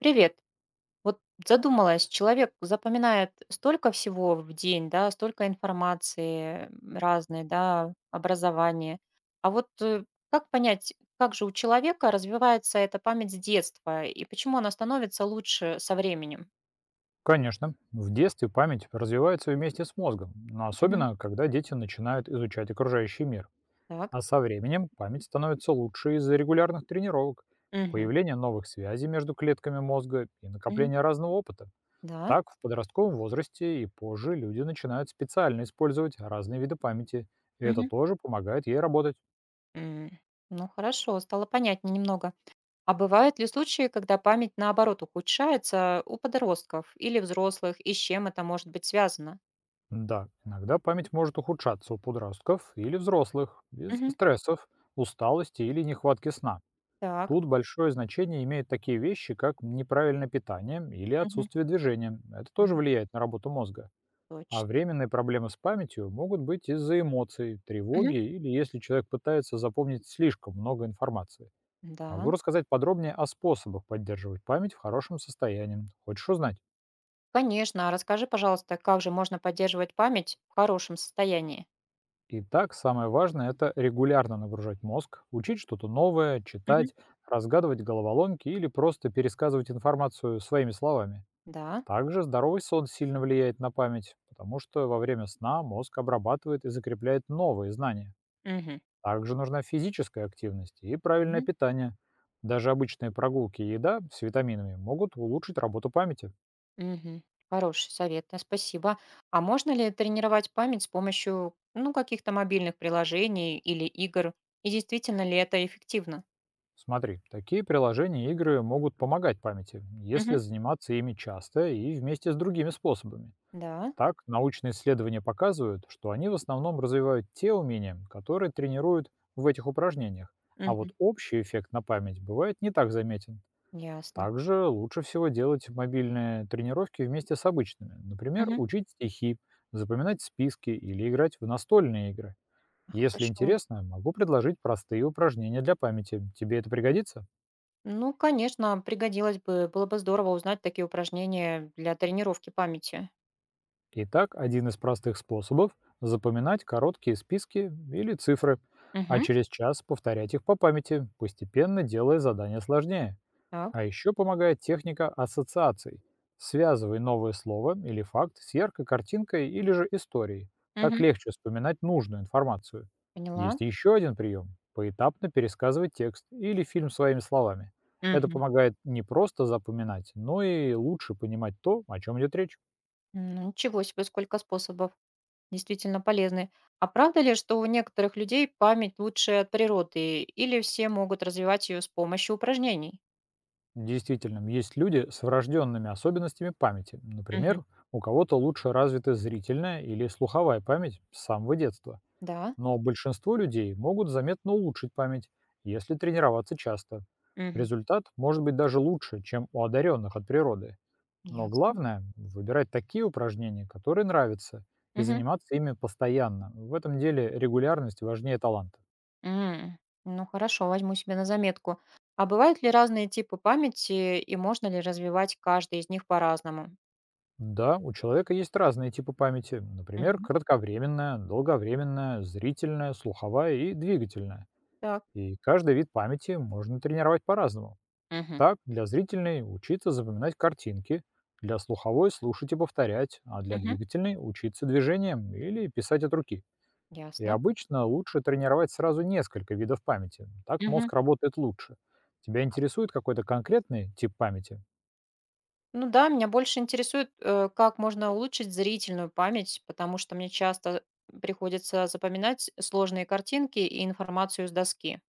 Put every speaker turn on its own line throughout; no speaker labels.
Привет. Вот задумалась, человек запоминает столько всего в день, да, столько информации, разной, да, образования. А вот, как понять, как же у человека развивается эта память с детства и почему она становится лучше со временем?
Конечно, в детстве память развивается вместе с мозгом, но
Мгм.
особенно, когда дети начинают изучать окружающий мир.
Так.
А со временем память становится лучше из-за регулярных тренировок,
Мгм.
появления новых связей между клетками мозга и
Мгм.
накопления разного опыта.
Да.
Так, в подростковом возрасте и позже люди начинают специально использовать разные виды памяти, и это
Мгм.
тоже помогает ей работать.
М, Ну хорошо, стало понятнее немного. А бывают ли случаи, когда память наоборот ухудшается у подростков или взрослых, и с чем это может быть связано?
Да, иногда память может ухудшаться у подростков или взрослых из-за стрессов, усталости или нехватки сна.
Так.
Тут большое значение имеют такие вещи, как неправильное питание или
Мгм.
отсутствие движения. Это тоже
М,
влияет на работу мозга. А
точно.
временные проблемы с памятью могут быть из-за эмоций,
Мгм.
тревоги или если человек пытается запомнить слишком много информации. Могу
Да.
рассказать подробнее о способах поддерживать память в хорошем состоянии. Хочешь узнать?
Конечно. А расскажи, пожалуйста, как же можно поддерживать память в хорошем состоянии?
Итак, самое важное– это регулярно нагружать мозг, учить что-то новое,
Мгм.
читать, разгадывать головоломки или просто пересказывать информацию своими словами.
Да.
Также здоровый сон сильно влияет на память, потому что во время сна мозг обрабатывает и закрепляет новые знания.
Мгм.
Также нужна физическая активность и правильное
Мгм.
питание. Даже обычные прогулки и еда с витаминами могут улучшить работу памяти.
Мгм. Хороший совет, да, спасибо. А можно ли тренировать память с помощью, ну, каких-то мобильных приложений или игр? И действительно ли это эффективно?
Смотри, такие приложения и игры могут помогать памяти, если
Мгм.
заниматься ими часто и вместе с другими способами.
Да.
Так, научные исследования показывают, что они в основном развивают те умения, которые тренируют в этих упражнениях, а
Мгм.
вот общий эффект на память бывает не так заметен.
Ясно.
Также лучше всего делать мобильные тренировки вместе с обычными. Например,
Мгм.
учить стихи, запоминать списки или играть в настольные игры. Если
Хорошо.
интересно, могу предложить простые упражнения для памяти. Тебе это пригодится?
Ну, конечно, пригодилось бы, было бы здорово узнать такие упражнения для тренировки памяти.
Итак, один из простых способов– запоминать короткие списки или цифры, а
Мгм.
через час повторять их по памяти, постепенно делая задание сложнее.
Так.
А еще помогает техника ассоциаций. Связывай новое слово или факт с яркой картинкой или же историей. Так
Мгм.
легче вспоминать нужную информацию.
Поняла.
Есть еще один прием– поэтапно пересказывать текст или фильм своими словами. Это
Мгм.
помогает не просто запоминать, но и лучше понимать то, о чем идет речь.
Ну, ничего себе, сколько способов действительно полезны. А правда ли, что у некоторых людей память лучше от природы, или все могут развивать ее с помощью упражнений?
Действительно, есть люди с врожденными особенностями памяти.
Мгм.
Например, у кого-то лучше развита зрительная или слуховая память с самого детства.
Да.
Но большинство людей могут заметно улучшить память, если тренироваться часто.
Мгм.
Результат может быть даже лучше, чем у одаренных от природы. Но
Ясно.
главное– выбирать такие упражнения, которые нравятся, и
Мгм.
заниматься ими постоянно. В этом деле регулярность важнее таланта.
М, Ну хорошо, возьму себе на заметку. А бывают ли разные типы памяти, и можно ли развивать каждый из них по-разному?
Да, у человека есть разные типы памяти. Например,
Мгм.
кратковременная, долговременная, зрительная, слуховая и двигательная.
Так.
И каждый вид памяти можно тренировать по-разному.
Мгм.
Так, для зрительной учиться запоминать картинки, для слуховой слушать и повторять, а для
Мгм.
двигательной учиться движением или писать от руки. И
Ясно.
обычно лучше тренировать сразу несколько видов памяти. Так
Мгм.
мозг работает лучше. Тебя
Так.
интересует какой-то конкретный тип памяти?
Ну да, меня больше интересует, как можно улучшить зрительную память, потому что мне часто приходится запоминать сложные картинки и информацию с доски.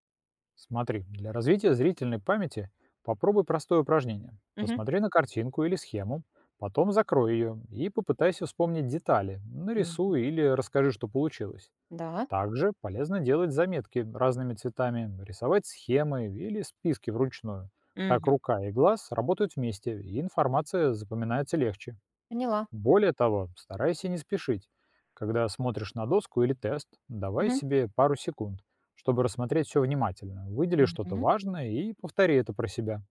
Смотри, для развития зрительной памяти попробуй простое упражнение.
Мгм.
Посмотри на картинку или схему, потом закрой ее и попытайся вспомнить детали,
Мгм.
нарисуй или расскажи, что получилось.
Да.
Также полезно делать заметки разными цветами, рисовать схемы или списки вручную. Так
Мгм.
рука и глаз работают вместе, и информация запоминается легче.
Поняла.
Более того, старайся не спешить. Когда смотришь на доску или тест, давай
Мгм.
себе пару секунд, чтобы рассмотреть все внимательно. Выдели что-то
Мгм.
важное и повтори это про себя.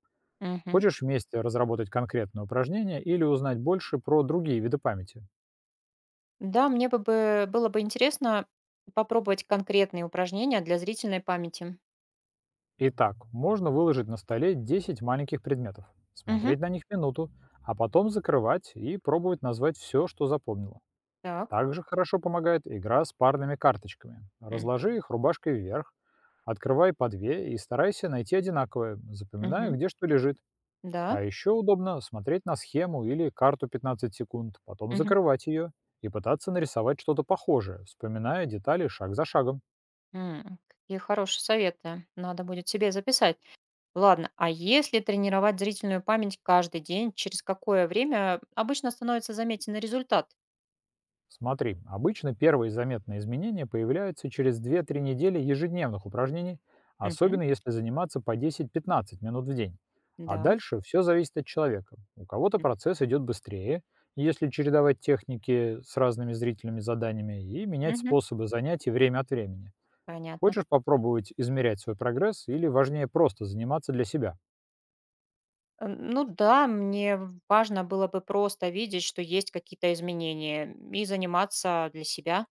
Мгм.
Хочешь вместе разработать конкретное упражнение или узнать больше про другие виды памяти?
Да, мне бы было бы интересно попробовать конкретные упражнения для зрительной памяти.
Итак, можно выложить на столе 10 маленьких предметов,
Мгм.
смотреть на них минуту, а потом закрывать и пробовать назвать все, что запомнила.
Так.
Также хорошо помогает игра с парными карточками.
М.
Разложи их рубашкой вверх, открывай по две и старайся найти одинаковые, запоминая,
Мгм.
где что лежит.
Да.
А еще удобно смотреть на схему или карту 15 секунд, потом
Мгм.
закрывать ее и пытаться нарисовать что-то похожее, вспоминая детали шаг за шагом.
М. Какие хорошие советы. Надо будет себе записать. Ладно, а если тренировать зрительную память каждый день, через какое время обычно становится заметен результат?
Смотри, обычно первые заметные изменения появляются через две-три недели ежедневных упражнений,
Мгм.
особенно если заниматься по 10-15 минут в день. А
Да.
дальше все зависит от человека. У кого-то
М.
процесс идет быстрее, если чередовать техники с разными зрительными заданиями и менять
Мгм.
способы занятий время от времени.
Понятно.
Хочешь попробовать измерять свой прогресс или важнее просто заниматься для себя?
Ну да, мне важно было бы просто видеть, что есть какие-то изменения и заниматься для себя.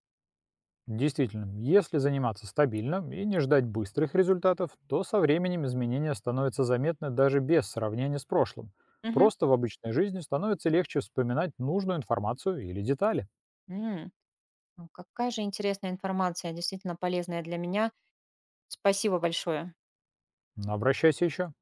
Действительно, если заниматься стабильно и не ждать быстрых результатов, то со временем изменения становятся заметны даже без сравнения с прошлым.
Мгм.
Просто в обычной жизни становится легче вспоминать нужную информацию или детали.
М. Ну, какая же интересная информация, действительно полезная для меня. Спасибо большое.
Но обращайся еще.